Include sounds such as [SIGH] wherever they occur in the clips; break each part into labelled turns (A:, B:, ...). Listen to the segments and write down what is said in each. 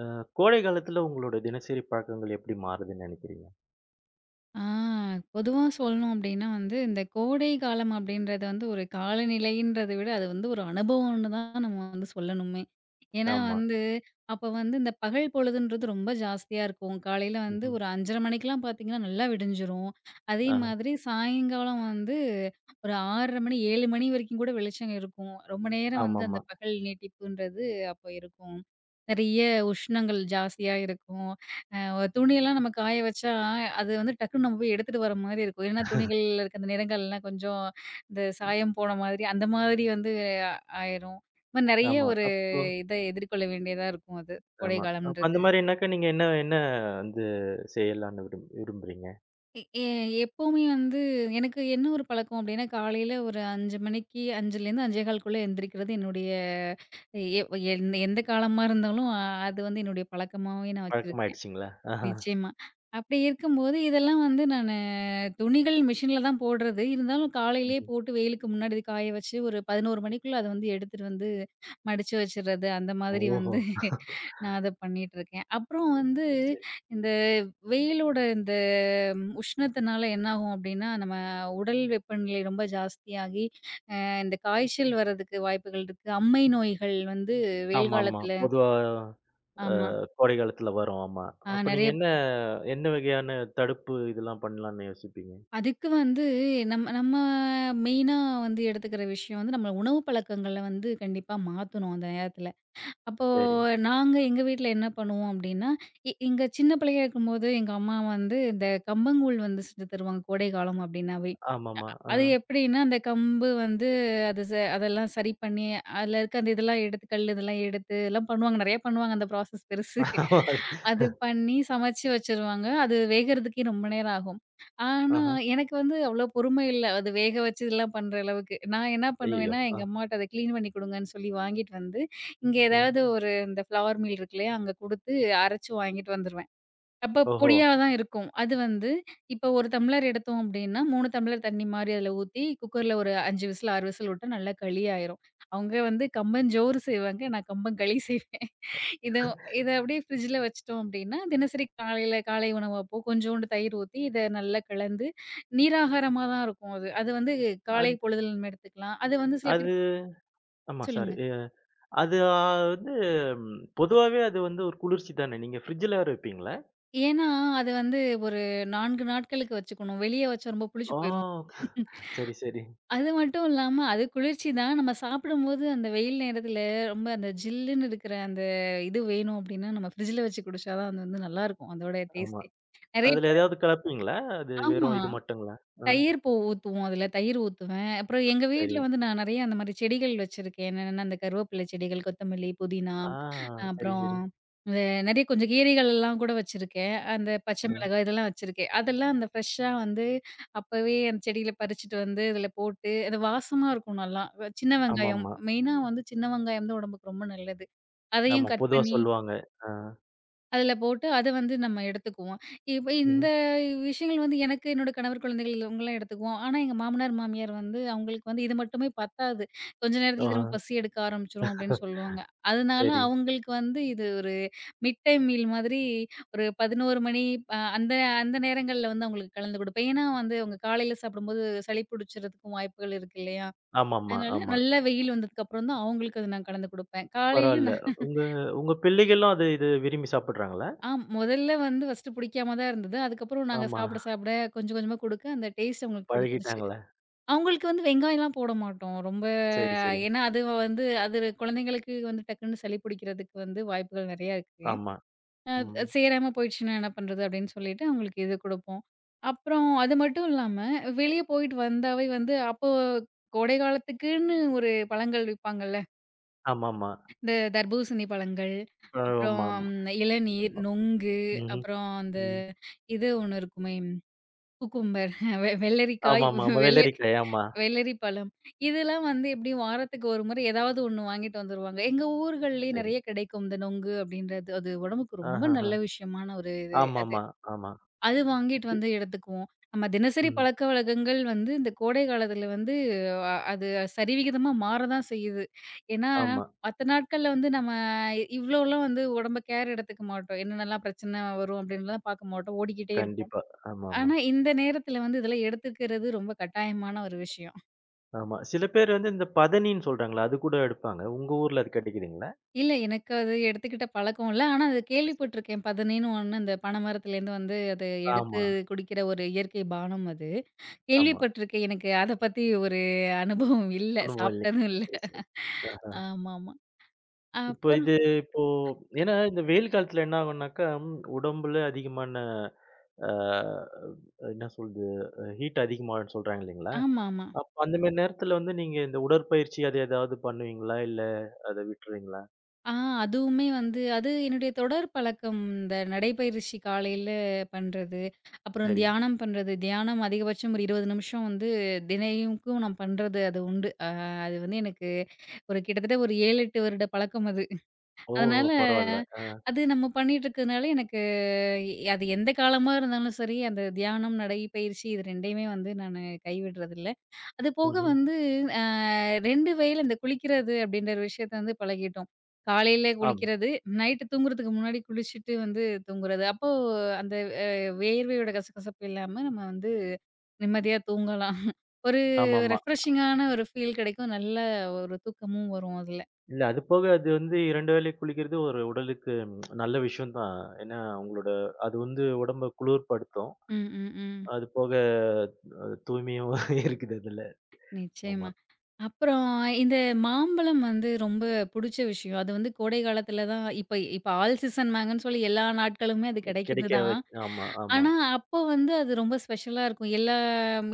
A: கோடை காலத்துல உங்களோட தினசரி பழக்கங்கள் எப்படி மாறுதுன்னு நெனைக்கிறீங்க?
B: ஆ, பொதுவா சொல்லணும் அப்டின்னா வந்து, இந்த கோடை காலம் அப்டின்றது வந்து ஒரு காலநிலைன்றத விட, அது வந்து ஒரு அனுபவம்னு தான் நம்ம வந்து சொல்லணுமே. ஏன்னா
A: ஆமா.
B: வந்து, அப்ப வந்து இந்த பகல் பொழுதுன்றது ரொம்ப ஜாஸ்தியா இருக்கும். காலையில வந்து
A: ம்ஹ்ம்.
B: ஒரு 5:30 மணிக்கெல்லாம் பார்த்தீங்கன்னா, நல்லா விடிஞ்சிரும். அதே
A: ஆஹ.
B: மாதிரி சாயங்காலம் வந்து ஒரு 6:30 மணி, 7 மணி வரைக்கும் கூட வெளிச்சம் இருக்கும். ரொம்ப நேரம் வந்து அந்த
A: ஆமாமா.
B: பகல் நீட்டிப்புன்றது அப்ப இருக்கும். நெறைய உஷ்ணங்கள் ஜாஸ்தியா இருக்கும். ஒரு துணியெல்லாம் நம்ம காய வச்சா, அது வந்து டக்குன்னு நம்ம போய் எடுத்துட்டு வர மாரி இருக்கும். ஏன்னா, துணிகள்ல இருக்க அந்த நிறங்கள்லாம் கொஞ்சம் இந்த சாயம் போன மாதிரி, அந்த மாதிரி வந்து ஆயிரும். இந்த மாரி நெறைய
A: ஆமா.
B: ஒரு
A: அப்போ
B: இத எதிர்கொள்ள வேண்டியதா இருக்கும் அது,
A: ஆமா. அப்ப அந்த
B: கோடைக்காலம்ன்றது.
A: மாரினாக்க நீங்க என்ன என்ன வந்து செய்யலான்னு விரும்புறீங்க?
B: எ எ எப்பவுமே வந்து எனக்கு என்ன ஒரு பழக்கம் அப்டின்னா, காலையில ஒரு 5 மணிக்கு 5லேருந்து 5:15க்குள்ள எந்திரிக்கிறது என்னுடைய. எ எ- எந்த எந்த காலமா இருந்தாலும் அது வந்து என்னுடைய பழக்கமாவே நான் வச்சிருக்கேன்.
A: பழக்கமாயிடுச்சுங்களா? ஆஹா.
B: நிச்சயமா. அப்படி இருக்கும்போது, இதெல்லாம் வந்து நானு துணிகள் மிஷின்ல தான் போடுறது. இருந்தாலும் காலையிலேயே
A: ம்.
B: போட்டு வெயிலுக்கு முன்னாடி இது காய வச்சு, ஒரு 11 மணிக்குள்ள அத வந்து எடுத்துட்டு வந்து மடிச்சு வச்சுறது. அந்த மாதிரி
A: ஓஹோ!
B: வந்து நான் அத பண்ணிட்டுருக்கேன். அப்புறம் வந்து
A: சரி, சரி.
B: இந்த வெயிலோட இந்த உஷ்ணத்தினால என்னாகும் அப்படின்னா, நம்ம உடல் வெப்பநிலை ரொம்ப ஜாஸ்தியாகி, இந்த காய்ச்சல் வர்றதுக்கு வாய்ப்புகள் இருக்கு. அம்மை நோய்கள் வந்து வெயில்
A: ஆமாமா.
B: காலத்துல
A: பொதுவா அ
B: ஆமா.
A: கோடை காலத்துல வரும். ஆமா. அப்ப நீங்க
B: நெறைய
A: என்ன என்ன வகையான தடுப்பு இதெல்லாம் பண்ணலான்னு யோசிப்பீங்க?
B: அதுக்கு வந்து நம்ம நம்ம மெயினா வந்து எடுத்துக்கிற விஷயம் வந்து நம்ம உணவு பழக்கங்கள வந்து கண்டிப்பா மாத்தணும் அந்த நேரத்துல. அப்போ
A: சரி.
B: நாங்க எங்க வீட்ல என்ன பண்ணுவோம் அப்படின்னா, எங்க சின்ன பிள்ளையா இருக்கும்போது எங்க அம்மா வந்து இந்த கம்பங்கூழ் வந்து செஞ்சு தருவாங்க கோடை காலம் அப்படின்னாவே.
A: ஆமாமா. ஆ.
B: அது எப்படின்னா, அந்த கம்பு வந்து அது அதெல்லாம் சரி பண்ணி, அதுல இருக்க அந்த இதெல்லாம் எடுத்து கல் இதெல்லாம் எடுத்து எல்லாம் பண்ணுவாங்க. நெறைய பண்ணுவாங்க. அந்த ப்ராசஸ் பெருசு.
A: ஆமா.
B: அது பண்ணி சமைச்சு வச்சுருவாங்க. அது வேகறதுக்கே ரொம்ப நேரம் ஆகும். ஆனா,
A: ஆஹ.
B: எனக்கு வந்து அவ்வளோ பொறுமை இல்ல. அது வேக வச்சு இதெல்லாம் பண்ற அளவுக்கு. நான் என்ன
A: ஐயய்யோ!
B: பண்ணுவேன்னா, எங்க
A: ஆ.
B: அம்மாட்ட அத கிளீன் பண்ணி குடுங்கன்னு சொல்லி வாங்கிட்டு வந்து, இங்க
A: ம்.
B: ஏதாவது ஒரு இந்த ஃப்ளவர் மில் இருக்கு இல்லையா? அங்க குடுத்து அரைச்சு வாங்கிட்டு வந்துருவேன். அப்ப
A: ஓஹோ!
B: பொடியா தான் இருக்கும். அது வந்து இப்ப 1 டம்ளர் எடுத்தோம் அப்டின்னா, 3 டம்ளர் தண்ணி மாரி அதில ஊத்தி, குக்கர்ல ஒரு 5 விசில், 6 விசில் விட்டா நல்லா களி ஆயிரும். அவங்க வந்து கம்பஞ்சோறு செய்வாங்க. நான் கம்பங்களி செய்வேன். இத இத அப்டியே ஃப்ரிட்ஜில வச்சுட்டோம் அப்டின்னா, தினசரி காலையில காலை உணவு அப்போ கொஞ்சோண்டு தயிர் ஊத்தி, இத நல்லா கலந்து நீராகாரமா தான் இருக்கும் அது. அது வந்து காலை
A: அது
B: பொழுதில நம்ம எடுத்துக்கலாம். அது வந்து சில பேர்
A: அது ஆமா. சாரி.
B: சொல்லுங்க.
A: அது வந்து ம், பொதுவாவே அது வந்து ஒரு குளிர்ச்சி தானே! நீங்க ஃப்ரிட்ஜ்ல வேற வைப்பீங்களா?
B: ஏன்னா, அது வந்து ஒரு 4 நாட்களுக்கு வச்சுக்கணும். வெளிய வச்சா ரொம்ப புளிச்சு
A: ஆ
B: போயிரும்.
A: சரி, சரி.
B: அது மட்டும் இல்லாம, அது குளிர்ச்சி தான். நம்ம சாப்பிடும்போது அந்த வெயில் நேரத்தில ரொம்ப அந்த ஜில்லுன்னு இருக்கிற அந்த இது வேணும் அப்டின்னா, நம்ம ஃப்ரிட்ஜ்ல வச்சு குடிச்சா தான் அது வந்து நல்லாருக்கும். அதோட
A: ஆமா.
B: டேஸ்ட்டே. நெறைய
A: அதுல
B: பேர்.
A: ஏதாவது கலப்பீங்களா? அது
B: ஆமா.
A: வெறும் இது மட்டுங்களா? ஆ
B: தயிர் பூ ஊத்துவோம் அதுல. தயிர் ஊத்துவேன். அப்புறம் எங்க
A: சரி.
B: வீட்ல வந்து நான் நெறைய அந்த மாரி செடிகள் வச்சிருக்கேன். என்னன்னா, அந்த கருவேப்பிலை செடிகள், கொத்தமல்லி, புதினா,
A: ஆ சரி,
B: அப்புறம்
A: சரி.
B: இந்த நெறைய கொஞ்சம் கீரைகள்லாம் கூட வச்சிருக்கேன். அந்த பச்சை
A: ம்.
B: மிளகாய் இதெல்லாம் வச்சிருக்கேன். அதெல்லாம் அந்த ஃப்ரெஷ்ஷா வந்து அப்பவே அந்த செடியில பறிச்சுட்டு வந்து இதுல போட்டு அது வாசமா இருக்கும் நல்லா. சின்ன
A: ஆமாமா.
B: வெங்காயம்
A: ஆமா.
B: மெயினா வந்து சின்ன வெங்காயம் தான் உடம்புக்கு ரொம்ப நல்லது. அதையும்
A: ஆமா
B: கட்
A: பொதுவா
B: பண்ணி
A: சொல்லுவாங்க. ஆ.
B: அதில போட்டு அத வந்து நம்ம எடுத்துக்குவோம். இப்ப இந்த
A: ம்.
B: விஷயங்கள் வந்து எனக்கு என்னோட கணவர் குழந்தைகள் இவங்கலாம் எடுத்துக்குவோம். ஆனா எங்க மாமனார், மாமியார் வந்து அவங்களுக்கு வந்து இது மட்டுமே பத்தாது. கொஞ்ச
A: ஆ.
B: நேரத்தில திரும்ப பசி எடுக்க ஆரம்பிச்சுரும் அப்படின்னு சொல்லுவாங்க. அதனால
A: சரி.
B: அவங்களுக்கு வந்து இது ஒரு மிட் டைம் மீல் மாதிரி ஒரு 11 மணி அந்த அந்த நேரங்கள்ல வந்து அவங்களுக்கு கலந்து கொடுப்பேன். ஏன்னா வந்து அவங்க காலையில சாப்பிடும்போது சளி பிடிச்சறதுக்கும் வாய்ப்புகள் இருக்கு இல்லையா?
A: ஆமாமா,
B: அதனால
A: ஆமா.
B: நல்லா வெயில் வந்ததுக்கப்புறம் தான் அவங்களுக்கு அது நான் கலந்து கொடுப்பேன். காலையில.
A: பரவால்ல. உங்க உங்க பிள்ளைகளும் அது இது விரும்பி சாப்பிடுறாங்களா?
B: ஆம். முதல்ல வந்து ஃபர்ஸ்ட்டு புடிக்காம தான் இருந்தது. அதுக்கப்புறம் நாங்க
A: ஆமா.
B: சாப்பிட கொஞ்சம் கொஞ்சமா குடுக்க அந்த டேஸ்ட் அவங்களுக்கு பிடிச்சிருச்சு.
A: பழகிட்டாங்களா?
B: அவங்களுக்கு வந்து வெங்காயம்லாம் போட மாட்டோம். ரொம்ப
A: சரி, சரி.
B: ஏன்னா அது வந்து அது குழந்தைங்களுக்கு வந்து டக்குன்னு சளி பிடிக்கிறதுக்கு வந்து வாய்ப்புகள் நெறையா இருக்கு.
A: ஆமா.
B: அ
A: ம்.
B: சேராம போயிடுச்சுன்னா என்ன பண்றது அப்படின்னு சொல்லிட்டு அவங்களுக்கு இது குடுப்போம். அப்புறம் அது மட்டும் இல்லாம வெளிய போயிட்டு வந்தாவே வந்து அப்போ கோடை காலத்துக்குன்னு ஒரு பழங்கள் விப்பாங்கல்ல.
A: ஆமாமா.
B: இந்த தர்பூசணி பழங்கள், அப்புறம்
A: ஆமாமா.
B: இளநீர்,
A: ஆமா.
B: நொங்கு,
A: ம்ஹ்ம்.
B: அப்புறம்
A: ம்.
B: இது ஒண்ணு இருக்குமே, குக்கும்பர் வெள்ளரிக்காய்,
A: ஆமாமா, ஆமா.
B: வெள்ள
A: வெள்ளரிக்காய் ஆமா.
B: வெள்ளரி பழம். இதெல்லாம் வந்து எப்படியும் வாரத்துக்கு ஒரு முறை ஏதாவது ஒண்ணு வாங்கிட்டு வந்துருவாங்க. எங்க ஊர்கள்லயே
A: சரி.
B: நெறைய கிடைக்கும் இந்த நொங்கு அப்படின்றது. அது உடம்புக்கு ரொம்ப
A: ஆஹஹ.
B: நல்ல விஷயமான ஒரு இது அது.
A: ஆமாமா, ஆமா.
B: அது வாங்கிட்டு
A: பி
B: வந்து எடுத்துக்குவோம். நம்ம தினசரி
A: ம்.
B: பழக்கவழக்கங்கள் வந்து இந்த கோடை காலத்துல வந்து அது சரிவிகிதமா மாற தான் செய்யுது. ஏன்னா,
A: ஆமா.
B: மத்த நாட்கள்ல வந்து நம்ம இவ்ளோலாம் வந்து உடம்ப கேர் எடுத்துக்க மாட்டோம். என்னென்னலாம் பிரச்சனை வரும் அப்படின்லாம் பார்க்க மாட்டோம். ஓடிக்கிட்டே இருப்போம்.
A: கண்டிப்பா. ஆமாமா,
B: ஆனா, இந்த நேரத்துல வந்து இதெல்லாம் எடுத்துக்கிறது ரொம்ப கட்டாயமான ஒரு விஷயம்.
A: ஆமா. சில பேர் வந்து இந்த பதனின்னு சொல்றாங்கல்ல, அது கூட எடுப்பாங்க. உங்க ஊர்ல அது கிடைக்குதுங்களா?
B: இல்ல, எனக்கு அது எடுத்துக்கிட்ட பழக்கம் இல்ல. ஆனா அது
A: சரி.
B: கேள்விப்பட்டுருக்கேன். 11:01 அந்த பனமரத்துலேருந்து வந்து அத எடுத்து
A: ஆமா,
B: குடிக்கிற ஒரு இயற்கை பானம் அது.
A: ஆமா.
B: கேள்விப்பட்டுருக்கேன். எனக்கு அத பத்தி ஒரு அனுபவம் இல்ல.
A: அனுபவம் இல்லைங்க.
B: சாப்பிட்டதும் இல்ல.
A: சரி, சரி. ஆ.
B: ஆமாமா.
A: இப்போ
B: அப்புறம்.
A: இது இப்போ ஏன்னா இந்த வெயில் காலத்துல என்ன ஆகும்னாக்கா, ம், உடம்புல அதிகமான ஆ என்ன சொல்றது? ஹீட் அதிகமாகும்ன்னு சொல்றாங்க இல்லைங்களா?
B: ஆமாமா.
A: அப்ப அந்த மாரி நேரத்துல வந்து நீங்க இந்த உடற்பயிற்சி அது ஏதாவது பண்ணுவீங்களா? இல்ல அத விட்டுருவீங்களா?
B: ஆ அதுவுமே வந்து அது என்னுடைய தொடர் பழக்கம். இந்த நடைப்பயிற்சி காலையில பண்றது, அப்புறம்
A: சரி.
B: தியானம் பண்றது. தியானம் அதிகபட்சம் ஒரு 20 நிமிஷம் வந்து தினைக்கும் நான் பண்றது அது உண்டு. அது வந்து எனக்கு ஒரு கிட்டத்தட்ட ஒரு 7, 8 வருட பழக்கம் அது.
A: ஓஹோ!
B: அதனால
A: பரவால்ல. ஆ.
B: அது நம்ம பண்ணிட்டு இருக்கிறதுனால எனக்கு அது எந்த காலமா இருந்தாலும் சரி, அந்த தியானம், நடைப்பயிற்சி இது 2யுமே வந்து நானு கைவிடுறதில்ல. அது போக
A: ம்ஹ்ம்.
B: வந்து அ 2 வேள இந்த குளிக்கிறது அப்படின்ற ஒரு விஷயத்த வந்து பழகிட்டோம். காலையில
A: ஆம்.
B: குளிக்கிறது, நைட்டு தூங்குறதுக்கு முன்னாடி குளிச்சுட்டு வந்து தூங்குறது. அப்போ அந்த அ வேர்வையோட கசகசப்பு இல்லாம நம்ம வந்து நிம்மதியா தூங்கலாம். ஒரு
A: ஆமாமா.
B: ரெஃப்ரெஷிங்கான ஒரு ஃபீல் கிடைக்கும். நல்ல ஒரு தூக்கமும் வரும் அதுல.
A: இல்ல அது போக அது வந்து 2 வேளை குளிக்கிறது ஒரு உடலுக்கு நல்ல விஷயம் தான். ஏன்னா, உங்களோட அது வந்து உடம்ப குளிர்படுத்தும்.
B: ம், ம், ம்.
A: அது போக தூய்மையும் [LAUGHS] இருக்குது அதுல.
B: நிச்சயமா.
A: ஆமா.
B: அப்புறம் இந்த மாம்பழம் வந்து ரொம்ப புடிச்ச விஷயம். அது வந்து கோடை காலத்துல தான் இப்ப இப்ப ஆல் சீசன் மேங்கன்னு சொல்லி எல்லா நாட்களுமே அது கிடைக்கிறது
A: கிடைக்க
B: தான்.
A: வச் ஆமா, ஆமா.
B: ஆனா, அப்போ வந்து அது ரொம்ப ஸ்பெஷலா இருக்கும். எல்லா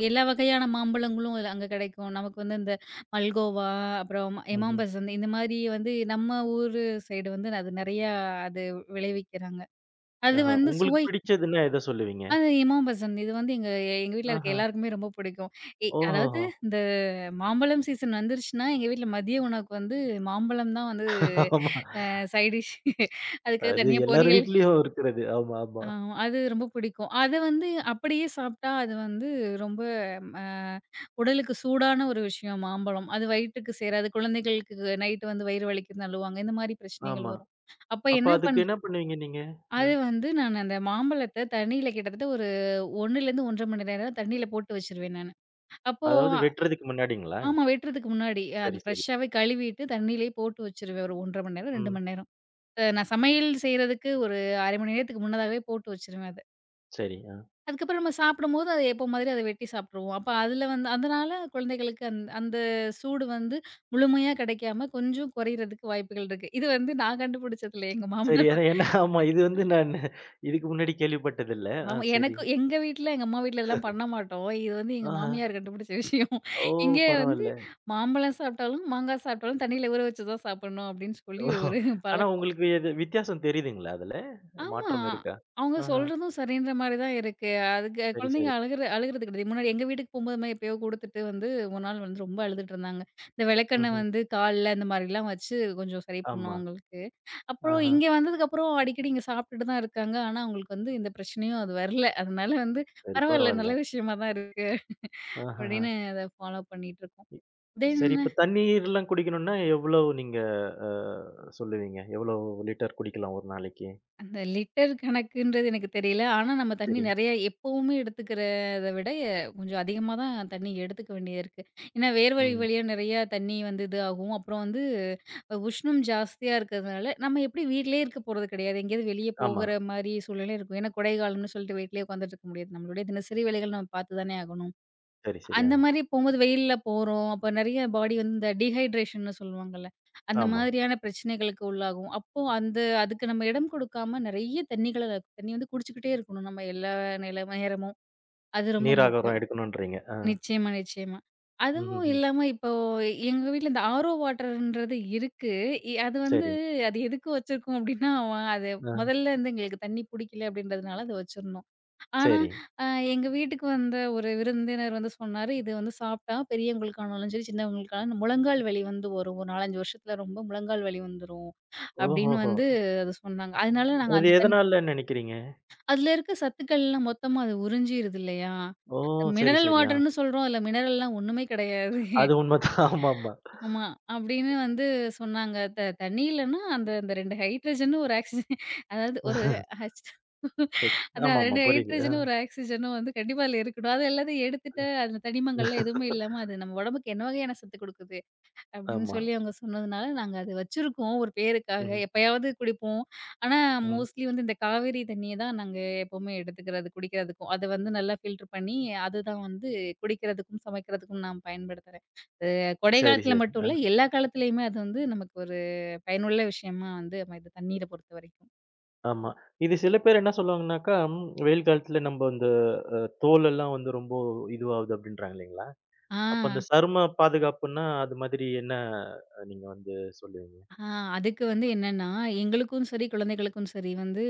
B: எல்லா வகையான மாம்பழங்களும் அது அங்க கிடைக்கும். நமக்கு வந்து இந்த மல்கோவா, அப்புறம்
A: ம்ஹ்ம்.
B: எமாம்பசந்த் இந்த மாரி வந்து நம்ம ஊரு சைடு வந்து அது நெறையா அது விளைவிக்கிறாங்க. அது
A: ஆஹா.
B: வந்து
A: உங்களுக்கு
B: சுவை
A: பிடிச்சதுன்னா எத சொல்லுவீங்க?
B: அது எமாம்பசந்த் இது வந்து எங்க எங்க வீட்ல இருக்க
A: ஆஹா.
B: எல்லாருக்குமே ரொம்ப பிடிக்கும். அதாவது
A: ஓஹோஹோ!
B: இந்த மாம்பழம் சீசன் வந்துருச்சுன்னா, எங்க வீட்ல மதிய உணவுக்கு வந்து மாம்பழம் தான் வந்து
A: ஆமா.
B: Side dish. அதுக்காக
A: அது
B: தனியா
A: எல்லார்
B: பொரியல்
A: வீட்லயும் இருக்கிறது. ஆமா, ஆமா.
B: ஆ அது ரொம்ப பிடிக்கும். அத வந்து அப்படியே சாப்பிட்டா அது வந்து ரொம்ப அ உடலுக்கு சூடான ஒரு விஷயம் மாம்பழம். அது வயிட்டுக்கு சேராது. குழந்தைகளுக்கு நைட் வந்து வயிறு வலிக்குதுன்னு அழுவாங்க. இந்த மாரி பிரச்சனைகள்
A: ஆமா.
B: வரும். அப்ப
A: அப்ப
B: என்ன பண்
A: அதுக்கு என்ன பண்ணுவீங்க நீங்க? அ
B: அது வந்து நான் அந்த மாம்பழத்த தண்ணீல கிட்டத்தட்ட ஒரு 1லேருந்து 1 1/2 மணி நேரம் தண்ணீல போட்டு வச்சுருவேன் நானு. அப்போ
A: அதாவது
B: அ-
A: வெட்டுறதுக்கு முன்னாடிங்களா?
B: ஆமா, வெட்டுறதுக்கு முன்னாடி அது
A: சரி, சரி.
B: ஃப்ரெஷ்ஷாவே கழுவிட்டு தண்ணீலயே போட்டு வச்சுருவேன். ஒரு 1 1/2 மணி நேரம், 2
A: ம்.
B: மணி நேரம். நான் சமையல் செய்றதுக்கு ஒரு 1/2 மணி நேரத்துக்கு முன்னதாவே போட்டு வச்சுருவேன் அத.
A: சரி. ஆ.
B: அதுக்கப்புறம் நம்ம சாப்பிடும்போது அத எப்போ மாதிரி அத வெட்டி சாப்ட்ருவோம். அப்ப அதுல வந்து அதனால குழந்தைகளுக்கு அந்த சூடு வந்து முழுமையா கிடைக்காம கொஞ்சம் குறையிறதுக்கு வாய்ப்புகள் இருக்கு. இது வந்து நான் கண்டுபிடிச்சதில்ல. எங்க
A: சரி.
B: மாமனார்.
A: ஏன்னா ஏன்னா ஆமா. இது வந்து நான் இதுக்கு முன்னாடி கேள்விப்பட்டதில்ல. ஆ
B: ஆமா.
A: சரி.
B: எனக்கு எங்க வீட்ல எங்க அம்மா வீட்ல இதெல்லாம் பண்ண மாட்டோம். இது வந்து எங்க
A: ஆஹா.
B: மாமியார் கண்டுபிடிச்ச விஷயம்.
A: ஓ!
B: இங்கே வந்து
A: பரவால்ல.
B: மாம்பழம் சாப்ட்டாலும், மாங்காய் சாப்ட்டாலும் தண்ணீல ஊற வச்சு தான் சாப்பிடணும் அப்டின்னு சொல்லி
A: ஓ!
B: ஒரு
A: ஆனா
B: பழக்கம்.
A: உங்களுக்கு எது வித்தியாசம் தெரியுதுங்களா அதுல?
B: ஆமா.
A: மாற்றம் இருக்கா?
B: அவங்க
A: ஆஹா.
B: சொல்றதும் சரின்ற மாரி தான் இருக்கு. அதுக்கு
A: சரி,
B: குழந்தைங்க
A: சரி.
B: அழுகுறது கிடையாது. முன்னாடி எங்க வீட்டுக்கு போம்போது மாரி எப்பயோ குடுத்துட்டு வந்து ஒரு நாள் வந்து ரொம்ப அழுதுட்டுருந்தாங்க. இந்த விளக்கெண்ணெய்
A: ம்ஹ்ம்.
B: வந்து கால்ல இந்த மாரிலாம் வச்சு கொஞ்சம் சரி பண்ணோம்
A: ஆமா.
B: அவங்களுக்கு. அப்புறம்
A: ஆஹா.
B: இங்க வந்ததுக்கப்புறம் அடிக்கடி இங்க சாப்பிட்டுட்டு தான் இருக்காங்க. ஆனா, அவங்களுக்கு வந்து எந்த பிரச்சனையும் அது வரல. அதனால வந்து
A: சரி
B: பரவால்ல, நல்ல
A: பரவால்ல.
B: விஷயமா தான் இருக்கு.
A: ஆஹஹா.
B: அப்படின்னு அத ஃபாலோ பண்ணிட்டுருக்கோம்.
A: இ
B: தென்
A: சரி இப்ப தண்ணீர்லாம் குடிக்கணும்னா எவ்வளவு நீங்க அ சொல்லுவீங்க? எவ்வளவு லிட்டர் குடிக்கலாம் ஒரு நாளைக்கு?
B: அந்த லிட்டர் கணக்குன்றது எனக்கு தெரியல. ஆனா, நம்ம தண்ணி
A: சரி.
B: நெறைய எப்பவுமே எடுத்துக்கிறத விட கொஞ்சம் அதிகமா தான் தண்ணி எடுத்துக்க வேண்டியது இருக்கு. ஏன்னா, வேர்வை
A: ம்.
B: வழியா நெறையா தண்ணி வந்து இது ஆகும். அப்புறம் வந்து உஷ்ணம் ஜாஸ்தியா இருக்கிறதுனால, நம்ம எப்படி வீட்லயே இருக்க போறது கிடையாது. எங்கேயாவது வெளிய
A: ஆமா.
B: போகிற மாரி சூழ்நிலை இருக்கும். ஏன்னா, கோடைகாலம்னு சொல்லிட்டு வீட்லயே உட்காந்துட்டு இருக்க முடியாது. நம்மளுடைய தினசரி வேலைகள் நம்ம பார்த்து தானே ஆகணும்.
A: சரி, சரி.
B: அந்த
A: ஆ.
B: மாரி போம்போது வெயில்ல போறோம். அப்ப நெறைய பாடி வந்து இந்த டீஹைட்ரேஷன்னு சொல்லுவாங்கல்ல. அந்த
A: ஆமா.
B: மாதிரியான பிரச்சனைகளுக்கு உள்ளாகும். அப்போ அந்த அதுக்கு நம்ம இடம் கொடுக்காம நெறைய தண்ணிகள தண்ணி வந்து குடிச்சுக்கிட்டே இருக்கணும் நம்ம எல்லா நில நேரமும். அது ரொம்ப
A: நீராகாரம்
B: முக்கியம்.
A: எடுக்கணும்ன்றீங்க. ஆ.
B: நிச்சயமா, நிச்சயமா. அதுவும்
A: ம்ஹ்ஹ்ம்.
B: இல்லாம இப்போ எங்க வீட்ல இந்த ஆரோ வாட்டர்ன்றது இருக்கு. அது வந்து
A: சரி.
B: அது எதுக்கு வச்சிருக்கோம் அப்டின்னா, அது
A: ஆ.
B: முதல்ல வந்து எங்களுக்கு தண்ணி புடிக்கல அப்டின்றதுனால அத வச்சிருந்தோம். ஆனா,
A: சரி.
B: அ எங்க வீட்டுக்கு வந்த ஒரு விருந்தினர் வந்து சொன்னாரு, "இது வந்து சாப்பிட்டா பெரியவங்களுக்கானாலும் சரி, சின்னவங்களுக்கானாலும் முழங்கால் வலி வந்து வரும். ஒரு 4, 5 வருஷத்துல ரொம்ப முழங்கால் வலி வந்துரும்." அப்படின்னு
A: ஓஹோஹோ!
B: வந்து அது சொன்னாங்க. அதனால நாங்க
A: இது
B: அந்த தண்ணி
A: எதனாலன்னு நெனைக்கிறீங்க?
B: அதுல இருக்க சத்துக்கள்லாம் மொத்தமா அது உறிஞ்சிருது இல்லையா?
A: ஓ! சரி,
B: மினரல்
A: சரி. ஆ.
B: வாட்டர்ன்னு சொல்றோம். அதுல மினரல்லாம் ஒண்ணுமே கிடையாது.
A: அது உண்மதான். ஆமாமா.
B: ஆமா. அப்படின்னு வந்து சொன்னாங்க. தண்ணி இல்லன்னா, அந்த அந்த 2 ஹைட்ரஜனும், ஒரு ஆக்ஸிஜன் அதாவது ஒரு ஹச் அதான் அந்த
A: ஆமாமா.
B: 2
A: [LAUGHS] புரியுது. ஆ.
B: ஹைட்ரஜனும், ஒரு ஆக்ஸிஜனும் வந்து கண்டிப்பா அதுல இருக்கணும். அது எல்லாத்தையும் எடுத்துட்டு, அதுல தனிமங்கள்லாம் எதுவுமே இல்லாம, அது நம்ம உடம்புக்கு என்ன வகையான சத்து கொடுக்குது? அப்படின்னு
A: ஆமா.
B: சொல்லி அவங்க சொன்னதுனால, நாங்க அத வச்சிருக்கோம் ஒரு பேருக்காக.
A: ம்.
B: எப்பயாவது குடிப்போம். ஆனா,
A: ம்.
B: மோஸ்ட்லி வந்து இந்த காவேரி தண்ணிய தான் நாங்க எப்பவுமே எடுத்துக்கிறது, குடிக்கிறதுக்கும். அத வந்து நல்லா ஃபில்டர் பண்ணி, அதுதான் வந்து குடிக்கிறதுக்கும், சமைக்கிறதுக்கும் நான் பயன்படுத்துறேன். அது கொடை
A: சரி,
B: காலத்துல
A: சரி.
B: மட்டும்
A: ஆ.
B: இல்ல, எல்லா காலத்துலயுமே அது வந்து நமக்கு ஒரு பயனுள்ள விஷயமா வந்து அமையுது, தண்ணீர பொறுத்தவரைக்கும்.
A: ஆமா. இது சில பேர் என்ன சொல்லுவாங்கனாக்கா, ம் வெயில் காலத்துல நம்ப இந்த அ தோலெல்லாம் வந்து ரொம்ப இதுவாகுது அப்டின்றாங்க இல்லைங்களா?
B: ஆ.
A: அப்ப அந்த சரும பாதுகாப்புன்னா, அது மாதிரி என்ன நீங்க வந்து சொல்லுவீங்க?
B: ஆ அதுக்கு வந்து என்னன்னா, எங்களுக்கும் சரி, குழந்தைகளுக்கும் சரி வந்து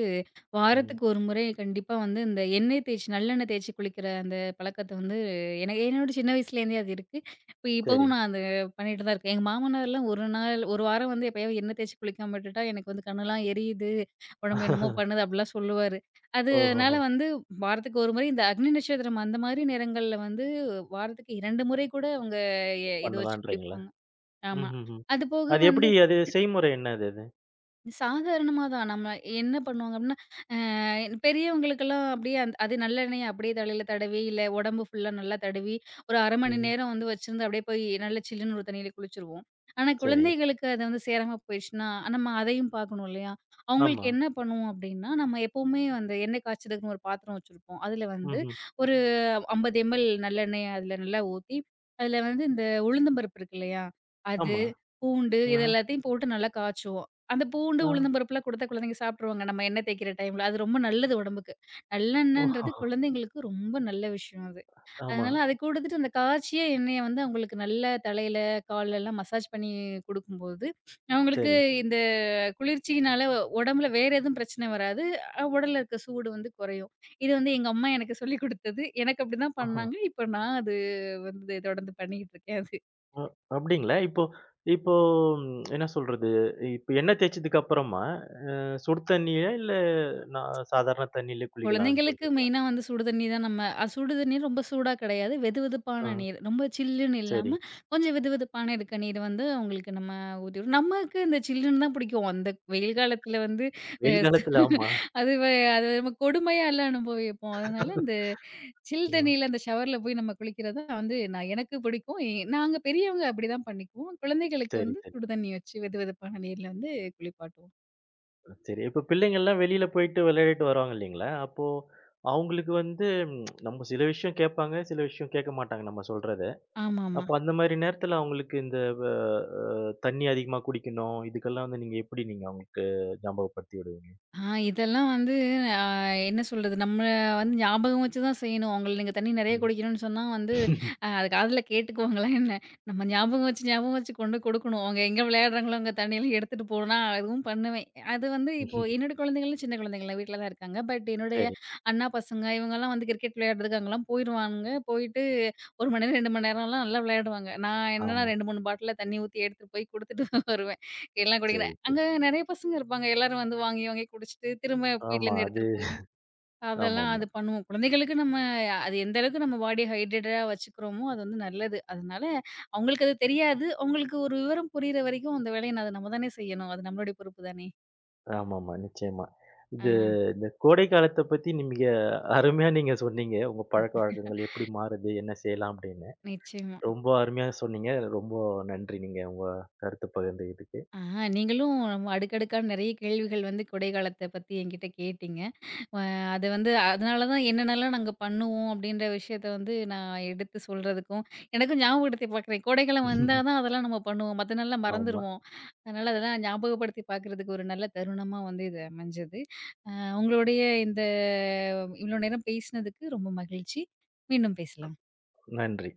A: ம்.
B: வாரத்துக்கு ஒரு முறை கண்டிப்பா வந்து இந்த எண்ணெய் தேய்ச்சு நல்லெண்ணெய் தேய்ச்சு குளிக்கிற அந்த பழக்கத்த வந்து எனக்கு என்னோட சின்ன வயசுலேருந்தே அது இருக்கு. இப்ப
A: சரி.
B: இப்பவும் நான் அது பண்ணிட்டு தான் இருக்கேன். எங்க மாமனார்லாம் ஒரு நாள் ஒரு வாரம் வந்து எப்பயாவது எண்ணெய் தேய்ச்சு குளிக்காம விட்டுட்டா, "எனக்கு வந்து கண்ணுலாம் எரியுது, உடம்பு என்னமோ பண்ணுது" அப்படிலாம் சொல்லுவாரு. அதனால
A: ஓஹோஹோ!
B: வந்து வாரத்துக்கு ஒரு முறை இந்த அக்னி நட்சத்திரம் அந்த மாரி நேரங்கள்ல வந்து வாரத்துக்கு 2 முறை கூட அவங்க இது வச்சு
A: பண்ணலான்றீங்களா?
B: குளிப்பாங்க. ஆமா.
A: ம்ஹ்ஹ்ம்.
B: அது போக
A: அது
B: வந்து
A: எப்டி அது செய்முறை என்னது அது?
B: சாதாரணமா தான். நம்ம என்ன பண்ணுவாங்க அப்டின்னா, அ பெரியவங்களுக்கெல்லாம் அப்படியே அது நல்லெண்ணெய அப்படியே தலையில தடவி, இல்ல உடம்பு ஃபுல்லா நல்லா தடவி, ஒரு 1/2 மணி
A: ம்.
B: நேரம் வந்து வச்சிருந்து அப்படியே போய் நல்லா சில்லுன்னு ஒரு தண்ணீல குளிச்சுருவோம். ஆனா
A: சரி.
B: குழந்தைகளுக்கு அது வந்து சேராம போயிடுச்சுன்னா, நம்ம அதையும் பார்க்கணும் இல்லையா? அவங்களுக்கு
A: ஆமா.
B: என்ன பண்ணுவோம் அப்படின்னா, நம்ம எப்பவுமே அந்த எண்ணெய் காய்ச்சதுக்குன்னு ஒரு பாத்திரம் வச்சிருப்போம். அதுல வந்து
A: ம்ஹ்ம்.
B: ஒரு 50 எம்எல் நல்லெண்ணெய அதுல நல்லா ஊத்தி, அதுல வந்து இந்த உளுந்தம் பருப்பு இருக்கு இல்லையா? அது,
A: ஆமா.
B: பூண்டு இது
A: ஆஹ.
B: எல்லாத்தையும் போட்டு நல்லா காய்ச்சுவோம். அந்த பூண்டு,
A: ஆ.
B: உளுந்தம் பருப்புலாம் குடுத்தா குழந்தைங்க சாப்ட்ருவாங்க. நம்ம எண்ணெய் தேய்க்கிற டைம்ல. அது ரொம்ப நல்லது உடம்புக்கு. நல்லெண்ணன்றது
A: ஓஹோ!
B: குழந்தைங்களுக்கு ரொம்ப நல்ல விஷயம் அது.
A: ஆமா.
B: அதனால அது குடுத்துட்டு அந்த காய்ச்சிய எண்ணெய வந்து அவங்களுக்கு நல்லா தலையில, கால்லலாம் மசாஜ் பண்ணி குடுக்கும்போது, அவங்களுக்கு
A: சரி.
B: இந்த குளிர்ச்சியினால உடம்புல வேற எதுவும் பிரச்சனை வராது. உடல்ல இருக்க சூடு வந்து குறையும். இது வந்து எங்க அம்மா எனக்கு சொல்லிக் குடுத்தது. எனக்கு அப்டிதான்
A: ஓஹோ!
B: பண்ணாங்க. இப்ப நான் அது வந்து தொடர்ந்து பண்ணிக்கிட்டு இருக்கேன் அது.
A: அ அப்டிங்களா? இப்போ இப்போ ம் என்ன சொல்றது? இப்ப எண்ணெய் தேய்ச்சதுக்கு அப்புறமா, அ சுடு தண்ணீயா? இல்ல நான் சாதாரண தண்ணீயிலே குளிக்கலாம்னு
B: குழந்தைங்களுக்கு
A: சொல்றீங்க?
B: மெயினா வந்து சுடு தண்ணி தான் நம்ம அது சுடு தண்ணி ரொம்ப சூடா கிடையாது.
A: ஆ.
B: வெதுவெதுப்பான நீர். ரொம்ப சில்லுன்னு
A: சரி.
B: இல்லாம, கொஞ்சம் வெதுவெதுப்பான இருக்க நீர் வந்து அவங்களுக்கு நம்ம ஊத்தி நமக்கு இந்த சில்லுன்னு தான் பிடிக்கும். அந்த வெயில் காலத்துல வந்து அ
A: வெயில் காலத்துல ஆமா.
B: அது வ அது நம்ம கொடுமையால அனுபவிப்போம். அதனால அந்த சில்
A: ம்.
B: தண்ணீல அந்த ஷவர்ல போய் நம்ம குளிக்கிறது தான் வந்து நான் எனக்கு பிடிக்கும். நாங்க பெரியவங்க அப்படிதான் பண்ணிக்குவோம். குழந்தைகளுக்கு
A: சரி,
B: வந்து
A: சரி.
B: சுடு தண்ணி வச்சு வெதுவெதுப்பான நீர்ல வந்து குளிப்பாட்டுவோம்.
A: சரி. இப்ப பிள்ளைங்கள்லாம் வெளியில போயிட்டு விளையாடிட்டு வருவாங்க இல்லைங்களா? அப்போ அவங்களுக்கு வந்து நம்ம சில விஷயம் கேட்பாங்க, சில விஷயம் கேட்க மாட்டாங்க நம்ம சொல்றத.
B: ஆமாமா.
A: அப்ப அந்த மாரி நேரத்துல அவங்களுக்கு இந்த வ அ தண்ணி அதிகமா குடிக்கணும். இதுக்கெல்லாம் வந்து நீங்க எப்படி நீங்க அவங்களுக்கு ஞாபகப்படுத்தி விடுவீங்க?
B: இதெல்லாம் வந்து அ என்ன சொல்றது? நம்ம வந்து ஞாபகம் வச்சு தான் செய்யணும். அவங்கள நீங்க தண்ணீ நெறைய
A: ம்.
B: குடிக்கணும்னு சொன்னா வந்து,
A: [LAUGHS]
B: அது காதுல கேட்டுக்குவாங்களா என்ன? நம்ம ஞாபகம் வச்சு கொண்டு கொடுக்கணும். அவங்க எங்க விளையாடுறாங்களோ, அங்க தண்ணியெல்லாம் எடுத்துட்டு போனா அதுவும் பண்ணுவேன். அது வந்து இப்போ என்னோட குழந்தைங்களும் சின்ன குழந்தைங்கலாம் வீட்ல தான் இருக்காங்க. பட் என்னுடைய
A: சரி.
B: அண்ணா பசங்க இவங்கலாம் வந்து கிரிக்கெட் விளையாடுறதுக்கு அங்கலாம் போயிருவானுங்க. போயிட்டு 1 மணி நேரம், 2 மணி நேரம்லாம் நல்லா விளையாடுவாங்க. நான் என்னன்னா
A: ஆமா.
B: 2, 3 பாட்டில்ல தண்ணீ ஊத்தி எடுத்துட்டு போய் குடுத்துட்டு [LAUGHS] வருவேன். எல்லாம் குடிங்க.
A: சரி, சரி.
B: அங்க நெறைய பசங்க இருப்பாங்க. எல்லாரும் வந்து வாங்கி குடிச்சிட்டு, திரும்ப
A: ஆமா.
B: வீட்லேருந்து
A: அது
B: எடுத்துட்டு போயி, அதெல்லாம்
A: ஆமாமா.
B: அது பண்ணுவோம். குழந்தைகளுக்கு நம்ம அது எந்த அளவுக்கு நம்ம பாடிய ஹைட்ரேட்டடா வச்சுக்கிறோமோ, அது வந்து நல்லது. அதனால அவங்களுக்கு அது தெரியாது. அவங்களுக்கு ஒரு விவரம் புரியிற வரைக்கும் அந்த வேலைய அது நம்ம தானே செய்யணும். அது நம்மளுடைய பொறுப்பு தானே!
A: ஆமாமா. நிச்சயமா.
B: ஆ
A: இது இந்த கோடை காலத்த பத்தி நீங்க அருமையா நீங்க சொன்னீங்க. உங்க பழக்கவழக்கங்கள் எப்படி மாறுது? என்ன செய்யலாம் அப்படின்னு.
B: நிச்சயமா.
A: ரொம்ப அருமையா சொன்னீங்க. ரொம்ப நன்றி நீங்க உங்க கருத்து பகிர்ந்ததுக்கு.
B: ஆ, நீங்களும் நம்ம அடுக்கடுக்கா நெறைய கேள்விகள் வந்து கொடை காலத்த பத்தி என்கிட்ட கேட்டீங்க. அ அது வந்து அதனால தான் என்னென்னலாம் நாங்க பண்ணுவோம் அப்படின்ற விஷயத்த வந்து நான் எடுத்து சொல்றதுக்கும், எனக்கும் ஞாபகப்படுத்தி பார்க்குறேன். கோடைக்காலம் வந்தா தான்
A: [LAUGHS]
B: அதெல்லாம் நம்ம பண்ணுவோம். மத்த நாள்லாம்
A: ஆமா.
B: மறந்துருவோம். அதனால அதெல்லாம் ஞாபகப்படுத்தி பார்க்குறதுக்கு ஒரு நல்ல தருணமா வந்து இது அமைஞ்சது. அ உங்களுடைய இந்த இவ்வளோ நேரம் பேசினதுக்கு ரொம்ப மகிழ்ச்சி. மீண்டும் பேசலாம்.
A: நன்றி.